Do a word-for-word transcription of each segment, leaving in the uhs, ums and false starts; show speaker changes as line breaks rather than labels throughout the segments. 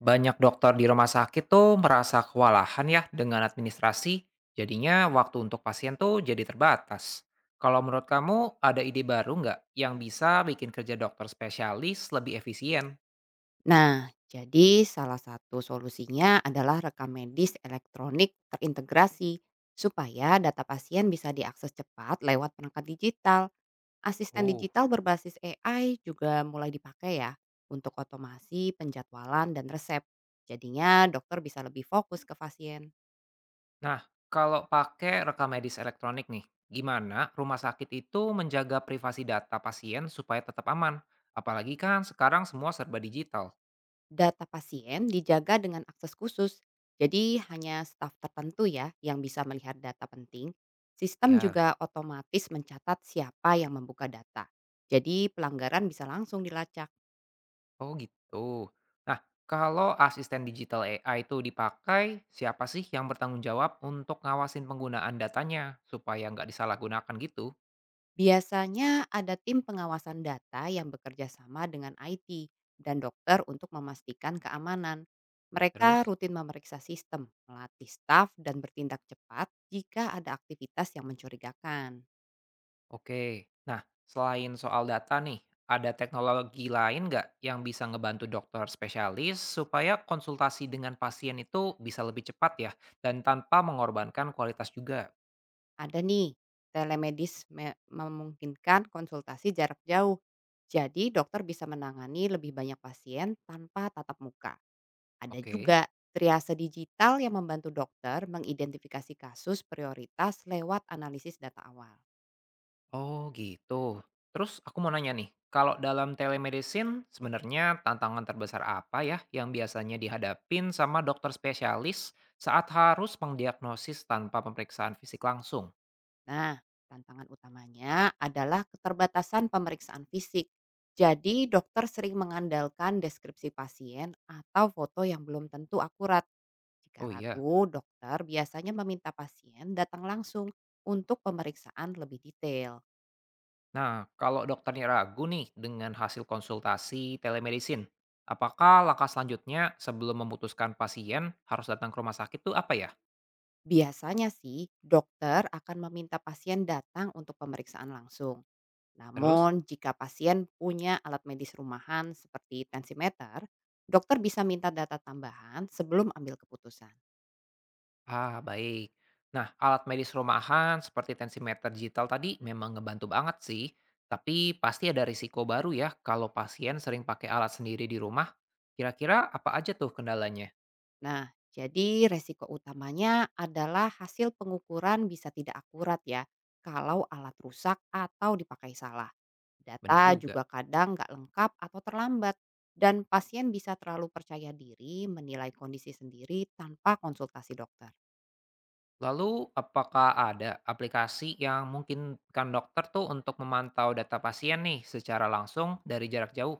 Banyak dokter di rumah sakit tuh merasa kewalahan ya dengan administrasi, jadinya waktu untuk pasien tuh jadi terbatas. Kalau menurut kamu ada ide baru nggak yang bisa bikin kerja dokter spesialis lebih efisien?
Nah, jadi salah satu solusinya adalah rekam medis elektronik terintegrasi supaya data pasien bisa diakses cepat lewat perangkat digital. Asisten
Oh.
digital berbasis A I juga mulai dipakai ya untuk otomasi penjadwalan dan resep. Jadinya dokter bisa lebih fokus ke pasien.
Nah, kalau pakai rekam medis elektronik nih, gimana rumah sakit itu menjaga privasi data pasien supaya tetap aman? Apalagi kan sekarang semua serba digital.
Data pasien dijaga dengan akses khusus, jadi hanya staf tertentu ya yang bisa melihat data penting. Sistem
Ya.
juga otomatis mencatat siapa yang membuka data. Jadi pelanggaran bisa langsung dilacak.
Oh gitu. Nah, kalau asisten digital A I itu dipakai, siapa sih yang bertanggung jawab untuk ngawasin penggunaan datanya supaya nggak disalahgunakan gitu?
Biasanya ada tim pengawasan data yang bekerja sama dengan I T dan dokter untuk memastikan keamanan. Mereka
Terus,
rutin memeriksa sistem, melatih staf, dan bertindak cepat jika ada aktivitas yang mencurigakan.
oke. Nah, selain soal data nih, ada teknologi lain nggak yang bisa ngebantu dokter spesialis supaya konsultasi dengan pasien itu bisa lebih cepat ya dan tanpa mengorbankan kualitas juga?
Ada nih, telemedis me- memungkinkan konsultasi jarak jauh. Jadi dokter bisa menangani lebih banyak pasien tanpa tatap muka. Ada
Oke.
juga triase digital yang membantu dokter mengidentifikasi kasus prioritas lewat analisis data awal.
Oh gitu. Terus aku mau nanya nih, kalau dalam telemedicine sebenarnya tantangan terbesar apa ya yang biasanya dihadapin sama dokter spesialis saat harus mendiagnosis tanpa pemeriksaan fisik langsung?
Nah, tantangan utamanya adalah keterbatasan pemeriksaan fisik. Jadi dokter sering mengandalkan deskripsi pasien atau foto yang belum tentu akurat. Jika
Oh iya.
ragu, dokter biasanya meminta pasien datang langsung untuk pemeriksaan lebih detail.
Nah, kalau dokternya ragu nih dengan hasil konsultasi telemedicine, apakah langkah selanjutnya sebelum memutuskan pasien harus datang ke rumah sakit tuh apa ya?
Biasanya sih, dokter akan meminta pasien datang untuk pemeriksaan langsung.
Terus?
Namun, jika pasien punya alat medis rumahan seperti tensimeter, dokter bisa minta data tambahan sebelum ambil keputusan.
Ah, baik. Nah, alat medis rumahan seperti tensimeter digital tadi memang ngebantu banget sih. Tapi pasti ada risiko baru ya kalau pasien sering pakai alat sendiri di rumah. Kira-kira apa aja tuh kendalanya?
Nah, jadi resiko utamanya adalah hasil pengukuran bisa tidak akurat ya kalau alat rusak atau dipakai salah.
Bener
Data
juga.
juga kadang nggak lengkap atau terlambat dan pasien bisa terlalu percaya diri menilai kondisi sendiri tanpa konsultasi dokter.
Lalu, apakah ada aplikasi yang mungkin kan dokter tuh untuk memantau data pasien nih secara langsung dari jarak jauh?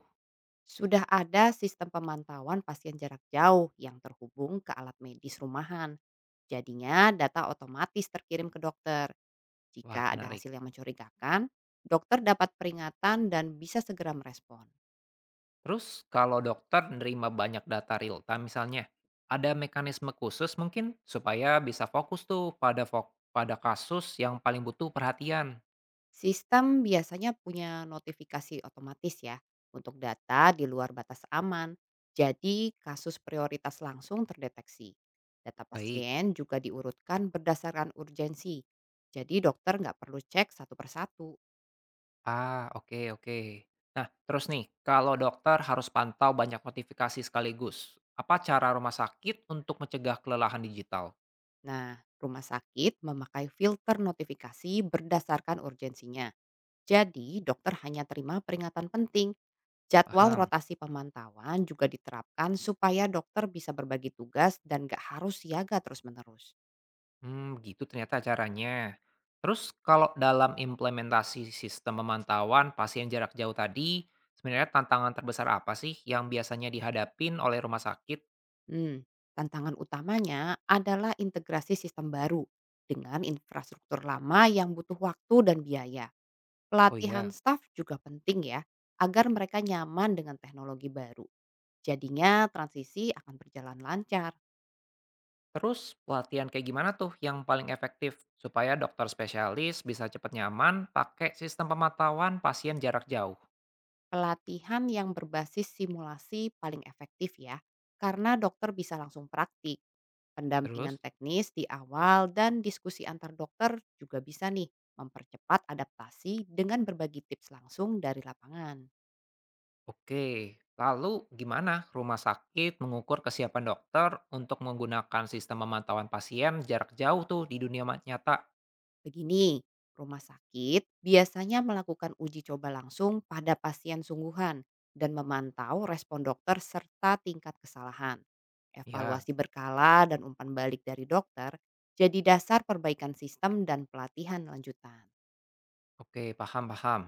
Sudah ada sistem pemantauan pasien jarak jauh yang terhubung ke alat medis rumahan. Jadinya data otomatis terkirim ke dokter. Jika
Wah,
ada
menarik.
hasil yang mencurigakan, dokter dapat peringatan dan bisa segera merespon.
Terus kalau dokter nerima banyak data real time misalnya, ada mekanisme khusus mungkin supaya bisa fokus tuh pada fok- pada kasus yang paling butuh perhatian.
Sistem biasanya punya notifikasi otomatis ya untuk data di luar batas aman. Jadi kasus prioritas langsung terdeteksi. Data
Baik.
pasien juga diurutkan berdasarkan urgensi. Jadi dokter nggak perlu cek satu persatu.
Ah, oke oke. Nah, terus nih, kalau dokter harus pantau banyak notifikasi sekaligus, apa cara rumah sakit untuk mencegah kelelahan digital?
Nah, rumah sakit memakai filter notifikasi berdasarkan urgensinya. Jadi dokter hanya terima peringatan penting. Jadwal
Paham.
rotasi pemantauan juga diterapkan supaya dokter bisa berbagi tugas dan gak harus siaga terus-menerus.
Mmm, gitu ternyata caranya. Terus kalau dalam implementasi sistem pemantauan pasien jarak jauh tadi, sebenarnya tantangan terbesar apa sih yang biasanya dihadapin oleh rumah sakit?
Hmm, Tantangan utamanya adalah integrasi sistem baru dengan infrastruktur lama yang butuh waktu dan biaya.
Oh
Pelatihan
iya,
staf juga penting ya, agar mereka nyaman dengan teknologi baru. Jadinya transisi akan berjalan lancar.
terus pelatihan kayak gimana tuh yang paling efektif supaya dokter spesialis bisa cepat nyaman pakai sistem pemantauan pasien jarak jauh?
Pelatihan yang berbasis simulasi paling efektif ya, karena dokter bisa langsung praktik. Pendampingan
Terus?
teknis di awal dan diskusi antar dokter juga bisa nih mempercepat adaptasi dengan berbagi tips langsung dari lapangan.
Oke, lalu gimana rumah sakit mengukur kesiapan dokter untuk menggunakan sistem pemantauan pasien jarak jauh tuh di dunia ma nyata?
Begini, rumah sakit biasanya melakukan uji coba langsung pada pasien sungguhan dan memantau respon dokter serta tingkat kesalahan.
Ya,
Evaluasi berkala dan umpan balik dari dokter jadi dasar perbaikan sistem dan pelatihan lanjutan.
oke, paham, paham.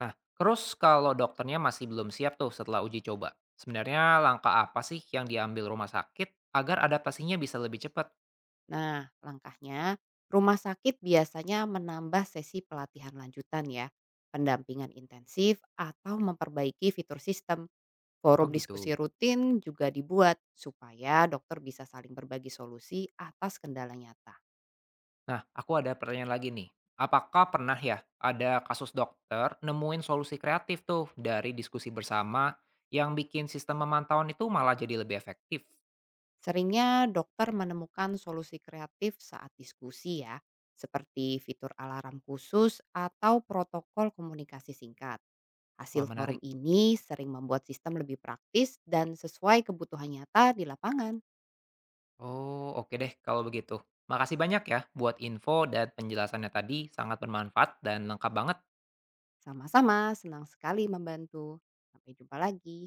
Nah, terus kalau dokternya masih belum siap tuh setelah uji coba, sebenarnya langkah apa sih yang diambil rumah sakit agar adaptasinya bisa lebih cepat?
Nah, langkahnya, rumah sakit biasanya menambah sesi pelatihan lanjutan ya, pendampingan intensif atau memperbaiki fitur sistem.
Oh
Forum
gitu.
diskusi rutin juga dibuat supaya dokter bisa saling berbagi solusi atas kendala nyata.
Nah, aku ada pertanyaan lagi nih. Apakah pernah ya ada kasus dokter nemuin solusi kreatif tuh dari diskusi bersama yang bikin sistem pemantauan itu malah jadi lebih efektif?
Seringnya dokter menemukan solusi kreatif saat diskusi ya, seperti fitur alarm khusus atau protokol komunikasi singkat.
Wah,
Hasil forum
menarik.
ini sering membuat sistem lebih praktis dan sesuai kebutuhan nyata di lapangan.
Oh, oke deh kalau begitu. Makasih banyak ya buat info dan penjelasannya tadi, sangat bermanfaat dan lengkap banget.
Sama-sama, senang sekali membantu. Sampai jumpa lagi.